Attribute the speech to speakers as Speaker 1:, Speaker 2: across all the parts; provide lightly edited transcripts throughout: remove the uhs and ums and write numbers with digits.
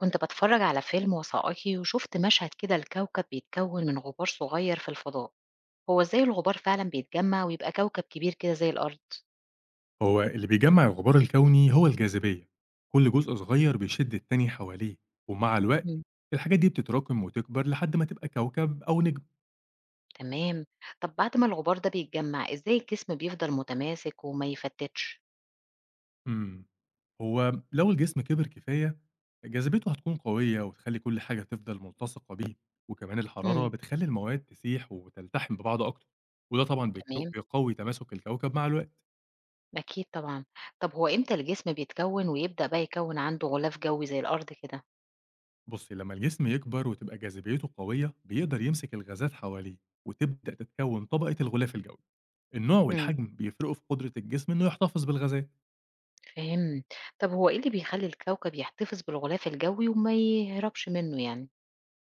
Speaker 1: كنت بتفرج على فيلم وثائقي وشفت مشهد كده الكوكب بيتكون من غبار صغير في الفضاء. هو ازاي الغبار فعلا بيتجمع ويبقى كوكب كبير كده زي الأرض؟
Speaker 2: هو اللي بيجمع الغبار الكوني هو الجاذبية. كل جزء صغير بيشد التاني حواليه، ومع الوقت
Speaker 1: مم.
Speaker 2: الحاجات دي بتتراكم وتكبر لحد ما تبقى كوكب أو نجم.
Speaker 1: تمام. طب بعد ما الغبار ده بيتجمع ازاي الجسم بيفضل متماسك وما يفتتش؟
Speaker 2: مم. هو لو الجسم كبر كفاية، جاذبيته هتكون قوية وتخلي كل حاجة تفضل ملتصقة بيه، وكمان الحرارة
Speaker 1: مم.
Speaker 2: بتخلي المواد تسيح وتلتحم ببعض أكتر. وده طبعا
Speaker 1: تمام،
Speaker 2: بيقوي تماسك الكوكب مع الوقت.
Speaker 1: أكيد طبعا. طب هو امتى الجسم بيتكون ويبدأ بقى يكون عنده غلاف جوي زي الأرض كده؟
Speaker 2: بصي لما الجسم يكبر وتبقى جاذبيته قوية، بيقدر يمسك الغازات حواليه وتبدأ تتكون طبقة الغلاف الجوي. النوع
Speaker 1: مم.
Speaker 2: والحجم بيفرقوا في قدرة الجسم إنه يحتفظ بالغازات.
Speaker 1: فهم. طب هو ايه اللي بيخلي الكوكب يحتفظ بالغلاف الجوي وما يهربش منه يعني؟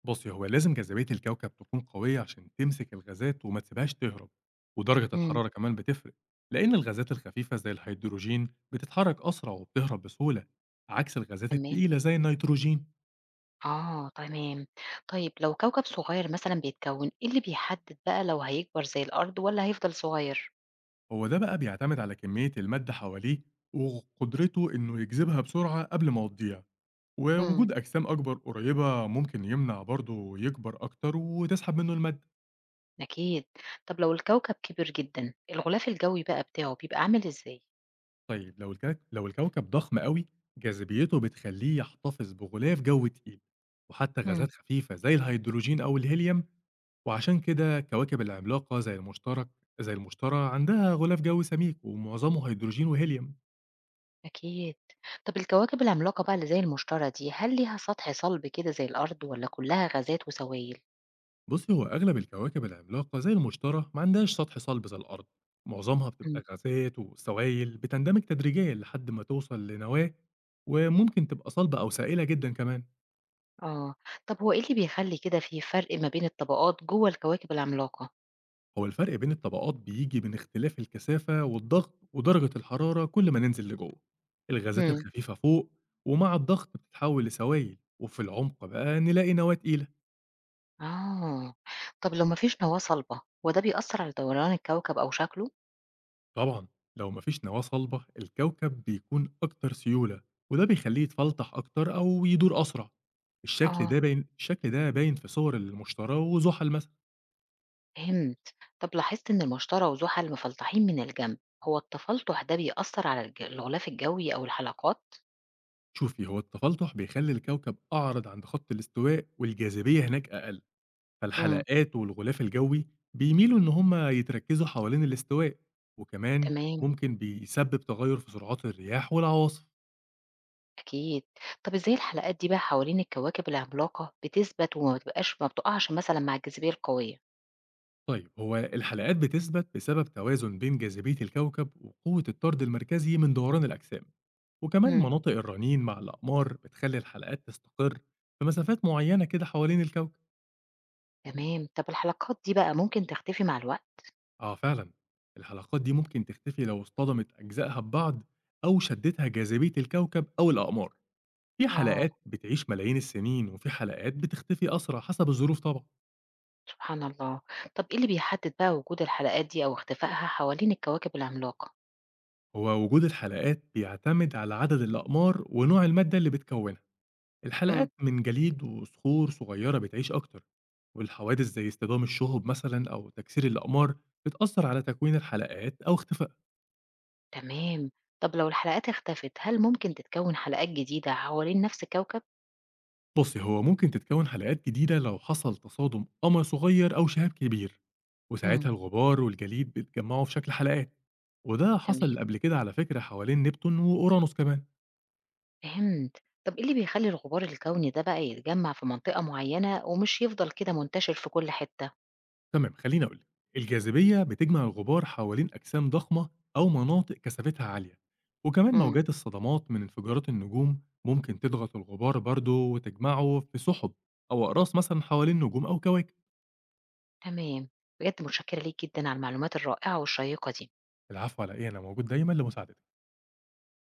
Speaker 2: بصي هو لازم جاذبية الكوكب تكون قوية عشان تمسك الغازات وما تسيبهاش تهرب، ودرجة
Speaker 1: مم.
Speaker 2: الحرارة كمان بتفرق، لأن الغازات الخفيفة زي الهيدروجين بتتحرك أسرع وبتهرب بسهولة، عكس الغازات
Speaker 1: تمام،
Speaker 2: التقيلة زي النيتروجين.
Speaker 1: آه تمام. طيب لو كوكب صغير مثلًا بيتكوِّن، إيه اللي بيحدد بقى لو هيكبر زي الأرض والّا هيفضل صغير؟
Speaker 2: هو ده بقى بيعتمد على كمية المادة حواليه وقدرته إنه يجذبها بسرعة قبل ما تضيع،
Speaker 1: إمم،
Speaker 2: ووجود أجسام أكبر قريبة ممكن يمنع برضه يكبر أكتر وتسحب منه المادة.
Speaker 1: أكيد. طب لو الكوكب كبر جدًا، الغلاف الجوي بقى بتاعه بيبقى عامل إزاي؟
Speaker 2: طيب لو الكوكب ضخم أوي، جاذبيته بتخلّيه يحتفظ بغلاف جو تقيل، وحتى
Speaker 1: إمم،
Speaker 2: غازات خفيفة زي الهيدروجين أو الهيليوم، وعشان كده الكواكب العملاقة زي المشتري عندها غلاف جو سميك ومعظمه هيدروجين وهيليوم.
Speaker 1: أكيد. طب الكواكب العملاقة بقى اللي زي المشتري دي، هل ليها سطح صلب كده زي الأرض والّا كلّها غازات وسوائل؟
Speaker 2: بُصّي، هو أغلب الكواكب العملاقة زي المشتري ما عندهاش سطح صلب زي الأرض، معظمها
Speaker 1: إمم،
Speaker 2: بتبقى غازات وسوايل بتندمج تدريجيًا لحد ما توصل لنواة، وممكن تبقى صلبة أو سائلة جدًا كمان.
Speaker 1: آه. طب هو إيه اللي بيخلّي كده في فرق ما بين الطبقات جوّه الكواكب العملاقة؟
Speaker 2: هو الفرق بين الطبقات بيجي من اختلاف الكثافة والضغط ودرجة الحرارة كل ما ننزل لجوه. الغازات
Speaker 1: إمم.
Speaker 2: الخفيفة فوق، ومع الضغط بتتحول لسوائل، وفي العمق بقى نلاقي نواة تقيلة.
Speaker 1: آه، طب لو ما فيش نواة صلبة هو ده بيأثر على دوران الكوكب أو شكله؟
Speaker 2: طبعا لو مفيش نواة صلبة، الكوكب بيكون أكتر سيولة، وده بيخليه يتفلتح أكتر أو يدور أسرع.
Speaker 1: آه،
Speaker 2: الشكل ده باين في صور المشتري وزحل مثلا.
Speaker 1: فهمت. طب لاحظت إن المشتري وزحل مفلطحين من الجنب، هو التفلطح ده بيأثر على الغلاف الجوي أو الحلقات؟
Speaker 2: شوفي هو التفلتح بيخلي الكوكب أعرض عند خط الاستواء، والجاذبية هناك أقل،
Speaker 1: امم.
Speaker 2: فالحلقات والغلاف الجوي بيميلوا إن هم يتركزوا حوالين الاستواء. وكمان
Speaker 1: تمام،
Speaker 2: ممكن بيسبب تغير في سرعات الرياح والعواصف.
Speaker 1: أكيد. طب إزاي الحلقات دي بقى حوالين الكواكب العملاقة بتثبت وما بتبقاش ما بتقعش مثلا مع الجاذبية القوية؟
Speaker 2: طيب هو الحلقات بتثبت بسبب توازن بين جاذبية الكوكب وقوة الطرد المركزي من دوران الأجسام، وكمان
Speaker 1: امم.
Speaker 2: مناطق الرنين مع الأقمار بتخلي الحلقات تستقر في مسافات معينة كده حوالين الكوكب.
Speaker 1: تمام، طب الحلقات دي بقى ممكن تختفي مع الوقت؟
Speaker 2: آه فعلا، الحلقات دي ممكن تختفي لو اصطدمت أجزائها ببعض، أو شدتها جاذبية الكوكب أو الأقمار. في
Speaker 1: آه،
Speaker 2: حلقات بتعيش ملايين السنين، وفي حلقات بتختفي أسرع حسب الظروف طبعا.
Speaker 1: سبحان الله. طب إيه اللي بيحدد بقى وجود الحلقات دي أو اختفائها حوالين الكواكب العملاقة؟
Speaker 2: هو وجود الحلقات بيعتمد على عدد الأقمار ونوع المادة اللي بتكونها.
Speaker 1: إمم،
Speaker 2: الحلقات من جليد وصخور صغيرة بتعيش أكتر، والحوادث زي اصطدام الشهب مثلا أو تكسير الأقمار بتأثر على تكوين الحلقات أو اختفاء.
Speaker 1: تمام. طب لو الحلقات اختفت، هل ممكن تتكوّن حلقات جديدة حوالين نفس الكوكب؟
Speaker 2: بصي هو ممكن تتكون حلقات جديدة لو حصل تصادم قمر صغير أو شهاب كبير،
Speaker 1: إمم.
Speaker 2: وساعتها الغبار والجليد بيتجمعوا في شكل حلقات. وده
Speaker 1: تمام،
Speaker 2: حصل قبل كده على فكرة حوالين نبتون وأورانوس كمان.
Speaker 1: فهمت. طب إيه اللي بيخلّي الغبار الكوني ده بقى يتجمّع في منطقة معيّنة ومش يفضل كده منتشر في كل حتة؟
Speaker 2: تمام، خليني أقول لك. الجاذبية بتجمع الغبار حوالين أجسام ضخمة أو مناطق كثافتها عالية، وكمان
Speaker 1: إمم.
Speaker 2: موجات الصدمات من انفجارات النجوم ممكن تضغط الغبار برضه وتجمعه في سحب أو أقراص مثلا حوالين نجوم أو كواكب.
Speaker 1: تمام، بجد متشكرة ليك جدًا على المعلومات الرائعة والشيّقة دي.
Speaker 2: العفو على إيه، أنا موجود دايما لمساعدتك.